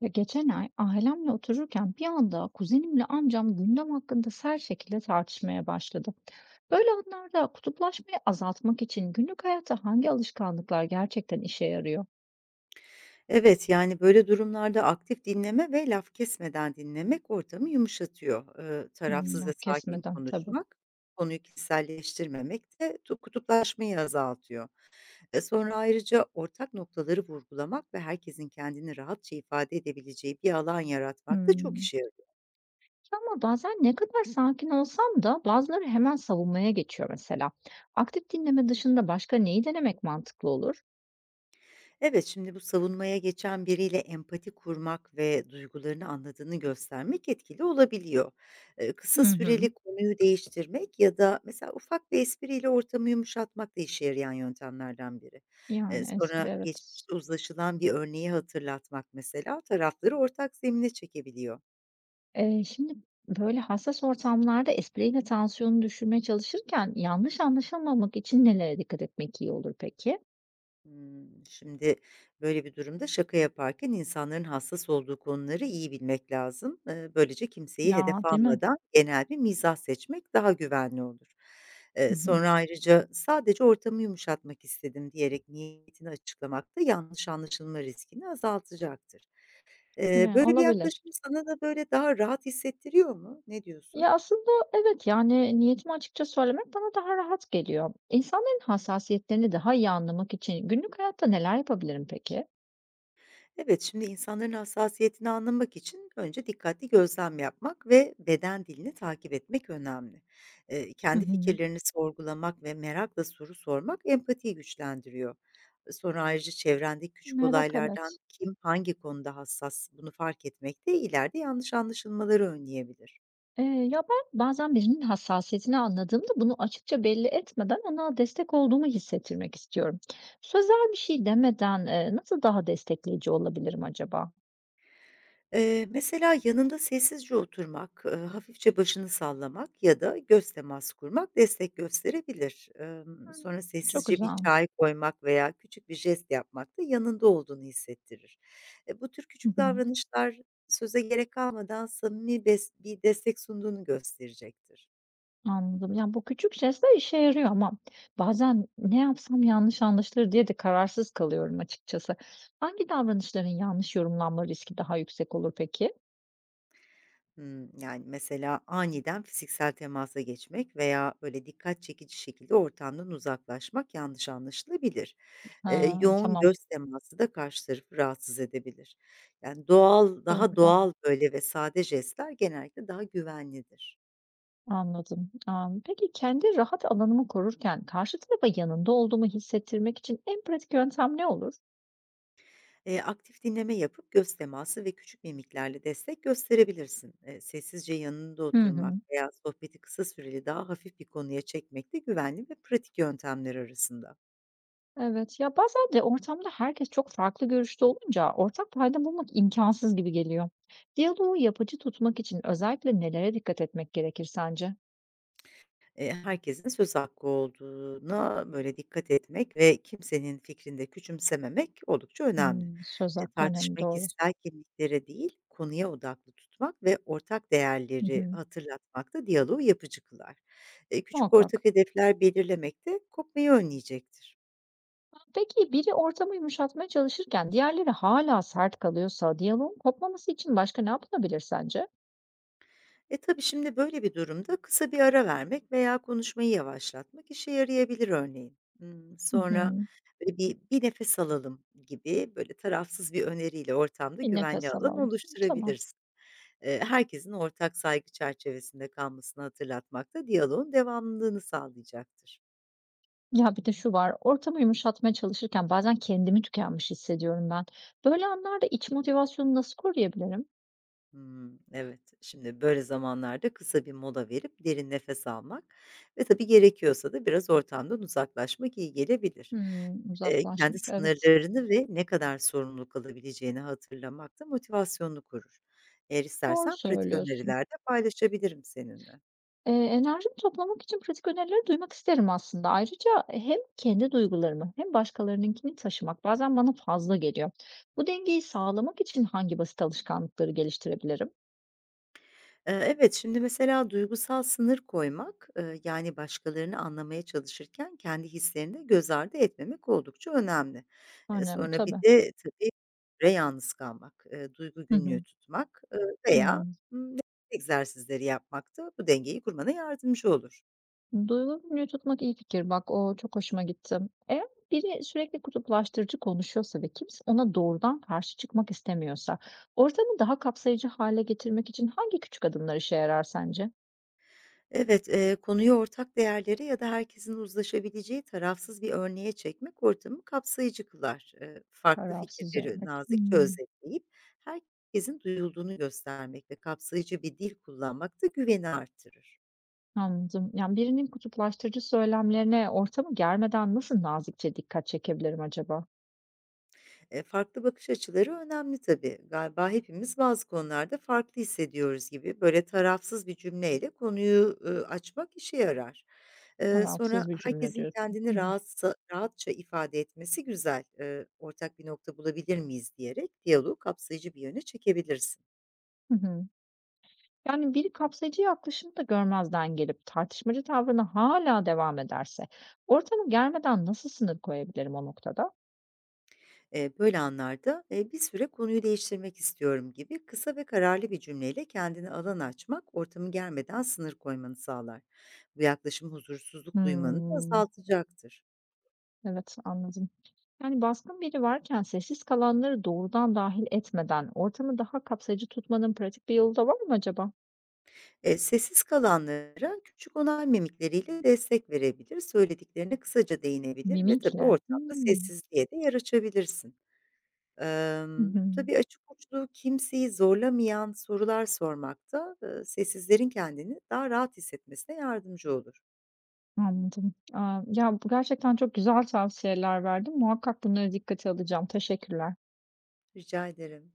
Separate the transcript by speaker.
Speaker 1: Ya geçen ay ailemle otururken bir anda kuzenimle amcam gündem hakkında sert şekilde tartışmaya başladı. Böyle anlarda kutuplaşmayı azaltmak için günlük hayatta hangi alışkanlıklar gerçekten işe yarıyor?
Speaker 2: Evet, yani, böyle durumlarda aktif dinleme ve laf kesmeden dinlemek ortamı yumuşatıyor.
Speaker 1: Hmm,
Speaker 2: Tarafsız ve
Speaker 1: laf
Speaker 2: sakin
Speaker 1: kesmeden tabii.
Speaker 2: konuşmak, konuyu kişiselleştirmemek de tu kutuplaşmayı azaltıyor. Sonra ayrıca ortak noktaları vurgulamak ve herkesin kendini rahatça ifade edebileceği bir alan yaratmak da çok
Speaker 1: Hmm.
Speaker 2: işe yarıyor.
Speaker 1: Ama bazen ne kadar sakin olsam da bazıları hemen savunmaya geçiyor mesela. Aktif dinleme dışında başka neyi denemek mantıklı olur?
Speaker 2: Evet, şimdi bu savunmaya geçen biriyle empati kurmak ve duygularını anladığını göstermek etkili olabiliyor. Kısa
Speaker 1: Hı hı.
Speaker 2: süreli konuyu değiştirmek ya da mesela ufak bir espriyle ortamı yumuşatmak da işe yarayan yöntemlerden biri.
Speaker 1: Yani espri
Speaker 2: Sonra
Speaker 1: evet.
Speaker 2: geçmişte uzlaşılan bir örneği hatırlatmak mesela tarafları ortak zemine çekebiliyor.
Speaker 1: Şimdi böyle hassas ortamlarda espriyle tansiyonu düşürmeye çalışırken yanlış anlaşılmamak için nelere dikkat etmek iyi olur peki?
Speaker 2: Hımm. Şimdi böyle bir durumda şaka yaparken insanların hassas olduğu konuları iyi bilmek lazım. Böylece kimseyi hedef
Speaker 1: Ya, değil mi?
Speaker 2: almadan genel bir mizah seçmek daha güvenli olur.
Speaker 1: Hı hı.
Speaker 2: Sonra ayrıca "Sadece ortamı yumuşatmak istedim." diyerek niyetini açıklamak da yanlış anlaşılma riskini azaltacaktır.
Speaker 1: He,
Speaker 2: Böyle bir
Speaker 1: olabilir.
Speaker 2: yaklaşım sana da böyle daha rahat hissettiriyor mu? Ne diyorsun?
Speaker 1: Ya, aslında evet, yani, niyetimi açıkça söylemek bana daha rahat geliyor. İnsanların hassasiyetlerini daha iyi anlamak için günlük hayatta neler yapabilirim peki?
Speaker 2: Evet, şimdi insanların hassasiyetini anlamak için önce dikkatli gözlem yapmak ve beden dilini takip etmek önemli.
Speaker 1: Hı
Speaker 2: Kendi
Speaker 1: hı.
Speaker 2: fikirlerini sorgulamak ve merakla soru sormak empatiyi güçlendiriyor. Sonra ayrıca çevrendeki küçük
Speaker 1: Merak,
Speaker 2: olaylardan
Speaker 1: evet.
Speaker 2: kim hangi konuda hassas bunu fark etmek de ileride yanlış anlaşılmaları önleyebilir.
Speaker 1: Eee, Ya, ben bazen birinin hassasiyetini anladığımda bunu açıkça belli etmeden ona destek olduğumu hissettirmek istiyorum. Sözel bir şey demeden, nasıl daha destekleyici olabilirim acaba?
Speaker 2: Mesela yanında sessizce oturmak, hafifçe başını sallamak ya da göz teması kurmak destek gösterebilir.
Speaker 1: Hımm.
Speaker 2: Sonra
Speaker 1: Çok
Speaker 2: sessizce bir
Speaker 1: güzel.
Speaker 2: çay koymak veya küçük bir jest yapmak da yanında olduğunu hissettirir. Bu tür
Speaker 1: Hı
Speaker 2: küçük
Speaker 1: hı.
Speaker 2: davranışlar söze gerek kalmadan samimi bes bir destek sunduğunu gösterecektir.
Speaker 1: Anladım. Yani, bu küçük jestler işe yarıyor ama bazen ne yapsam yanlış anlaşılır diye de kararsız kalıyorum açıkçası. Hangi davranışların yanlış yorumlanma riski daha yüksek olur peki?
Speaker 2: Hımm. Yani, mesela aniden fiziksel temasa geçmek veya, böyle, dikkat çekici şekilde ortamdan uzaklaşmak yanlış anlaşılabilir.
Speaker 1: Ha,
Speaker 2: Yoğun
Speaker 1: tamam.
Speaker 2: göz teması da karşı tarafı rahatsız edebilir. Yani, doğal, daha
Speaker 1: Doğru bak.
Speaker 2: doğal, böyle, ve sade jestler genellikle daha güvenlidir.
Speaker 1: Anladım. Am, peki kendi rahat alanımı korurken karşı tarafa yanında olduğumu hissettirmek için en pratik yöntem ne olur?
Speaker 2: Aktif dinleme yapıp göz teması ve küçük mimiklerle destek gösterebilirsin. Sessizce yanında
Speaker 1: Hı
Speaker 2: oturmak
Speaker 1: hı.
Speaker 2: veya sohbeti kısa süreli daha hafif bir konuya çekmek de güvenli ve pratik yöntemler arasında.
Speaker 1: Evet, ya bazen de ortamda herkes çok farklı görüşte olunca ortak payda bulmak imkansız gibi geliyor. Diyaloğu yapıcı tutmak için özellikle nelere dikkat etmek gerekir sence?
Speaker 2: Herkesin söz hakkı olduğuna, böyle, dikkat etmek ve kimsenin fikrini de küçümsememek oldukça önemli.
Speaker 1: Hmm, söz hakkı önemli
Speaker 2: Tartışmayı
Speaker 1: doğru.
Speaker 2: kişisel kimliklere değil, konuya odaklı tutmak ve ortak
Speaker 1: Hı
Speaker 2: değerleri
Speaker 1: hı,
Speaker 2: hatırlatmak da diyaloğu yapıcı kılar. Küçük
Speaker 1: muhakkak.
Speaker 2: ortak hedefler belirlemek de kopmayı önleyecektir.
Speaker 1: Peki biri ortamı yumuşatmaya çalışırken diğerleri hala sert kalıyorsa diyaloğun kopmaması için başka ne yapılabilir sence?
Speaker 2: Tabii şimdi böyle bir durumda kısa bir ara vermek veya konuşmayı yavaşlatmak işe yarayabilir örneğin.
Speaker 1: Hı
Speaker 2: Sonra,
Speaker 1: hı.
Speaker 2: böyle, bir "Bir nefes alalım." gibi, böyle, tarafsız bir öneriyle ortamda
Speaker 1: Bir
Speaker 2: güvenli
Speaker 1: nefes
Speaker 2: alan
Speaker 1: alalım. Tamam.
Speaker 2: oluşturabilirsin. Herkesin ortak saygı çerçevesinde kalmasını hatırlatmak da diyaloğun devamlılığını sağlayacaktır.
Speaker 1: Ya, bir de şu var, ortamı yumuşatmaya çalışırken bazen kendimi tükenmiş hissediyorum ben. Böyle anlarda iç motivasyonu nasıl koruyabilirim?
Speaker 2: Hımm, evet. Şimdi böyle zamanlarda kısa bir mola verip derin nefes almak ve tabii gerekiyorsa da biraz ortamdan uzaklaşmak iyi gelebilir.
Speaker 1: Hımm,
Speaker 2: Kendi
Speaker 1: uzaklaşmak, evet.
Speaker 2: sınırlarını ve ne kadar sorumluluk alabileceğini hatırlamak da motivasyonunu korur. Eğer
Speaker 1: Doğru
Speaker 2: istersen pratik
Speaker 1: söylüyorsun.
Speaker 2: öneriler de paylaşabilirim seninle.
Speaker 1: Enerjimi toplamak için pratik önerileri duymak isterim aslında. Ayrıca hem kendi duygularımı hem başkalarınınkini taşımak bazen bana fazla geliyor. Bu dengeyi sağlamak için hangi basit alışkanlıkları geliştirebilirim?
Speaker 2: Evet, şimdi mesela duygusal sınır koymak, yani başkalarını anlamaya çalışırken kendi hislerini de göz ardı etmemek oldukça önemli.
Speaker 1: Önemli
Speaker 2: Sonra bir
Speaker 1: tabii.
Speaker 2: de tabii süre yalnız kalmak, duygu
Speaker 1: Hı
Speaker 2: günlüğü
Speaker 1: hı.
Speaker 2: tutmak, veya,
Speaker 1: Hıı.
Speaker 2: ımm, egzersizleri yapmak da bu dengeyi kurmana yardımcı olur.
Speaker 1: Duygu günlüğü tutmak iyi fikir. Bak o çok hoşuma gitti. Eğer biri sürekli kutuplaştırıcı konuşuyorsa ve kimse ona doğrudan karşı çıkmak istemiyorsa, ortamı daha kapsayıcı hale getirmek için hangi küçük adımlar işe yarar sence?
Speaker 2: Evet, konuyu ortak değerlere ya da herkesin uzlaşabileceği tarafsız bir örneğe çekmek ortamı kapsayıcı kılar. Farklı
Speaker 1: Tarafsız
Speaker 2: fikirleri
Speaker 1: örnek.
Speaker 2: nazikçe
Speaker 1: Hmm,
Speaker 2: özetleyip herkesin duyulduğunu göstermek ve kapsayıcı bir dil kullanmak da güveni artırır.
Speaker 1: anladım. Yani birinin kutuplaştırıcı söylemlerine ortamı germeden nasıl nazikçe dikkat çekebilirim acaba?
Speaker 2: Farklı bakış açıları önemli tabii. Galiba hepimiz bazı konularda farklı hissediyoruz gibi böyle tarafsız bir cümleyle konuyu, açmak işe yarar. Sonra
Speaker 1: Tarafsız bir cümle
Speaker 2: herkesin
Speaker 1: diyorsun.
Speaker 2: kendini
Speaker 1: Hmm.
Speaker 2: rahatsa rahatça ifade etmesi güzel. Ortak bir nokta bulabilir miyiz diyerek diyaloğu kapsayıcı bir yöne çekebilirsin.
Speaker 1: Hı hı. Yani biri kapsayıcı yaklaşımı da görmezden gelip tartışmacı tavrına hala devam ederse ortamı germeden nasıl sınır koyabilirim o noktada?
Speaker 2: Böyle anlarda, "Bir süre konuyu değiştirmek istiyorum." gibi kısa ve kararlı bir cümleyle kendine alan açmak, ortamı germeden sınır koymanı sağlar. Bu yaklaşım huzursuzluk duymanı da
Speaker 1: Hımm,
Speaker 2: azaltacaktır.
Speaker 1: evet, anladım. Yani baskın biri varken sessiz kalanları doğrudan dahil etmeden ortamı daha kapsayıcı tutmanın pratik bir yolu da var mı acaba?
Speaker 2: Sessiz kalanlara küçük onay mimikleriyle destek verebilir, söylediklerine kısaca değinebilir ve tabii
Speaker 1: Mimikle.
Speaker 2: ortamda
Speaker 1: Hımm.
Speaker 2: sessizliğe de yer açabilirsin.
Speaker 1: Hı hı.
Speaker 2: Tabii açık uçlu, kimseyi zorlamayan sorular sormak da, sessizlerin kendini daha rahat hissetmesine yardımcı olur.
Speaker 1: Anladım. Aaa, ya, bu gerçekten çok güzel tavsiyeler verdin. Muhakkak bunları dikkate alacağım. Teşekkürler.
Speaker 2: Rica ederim.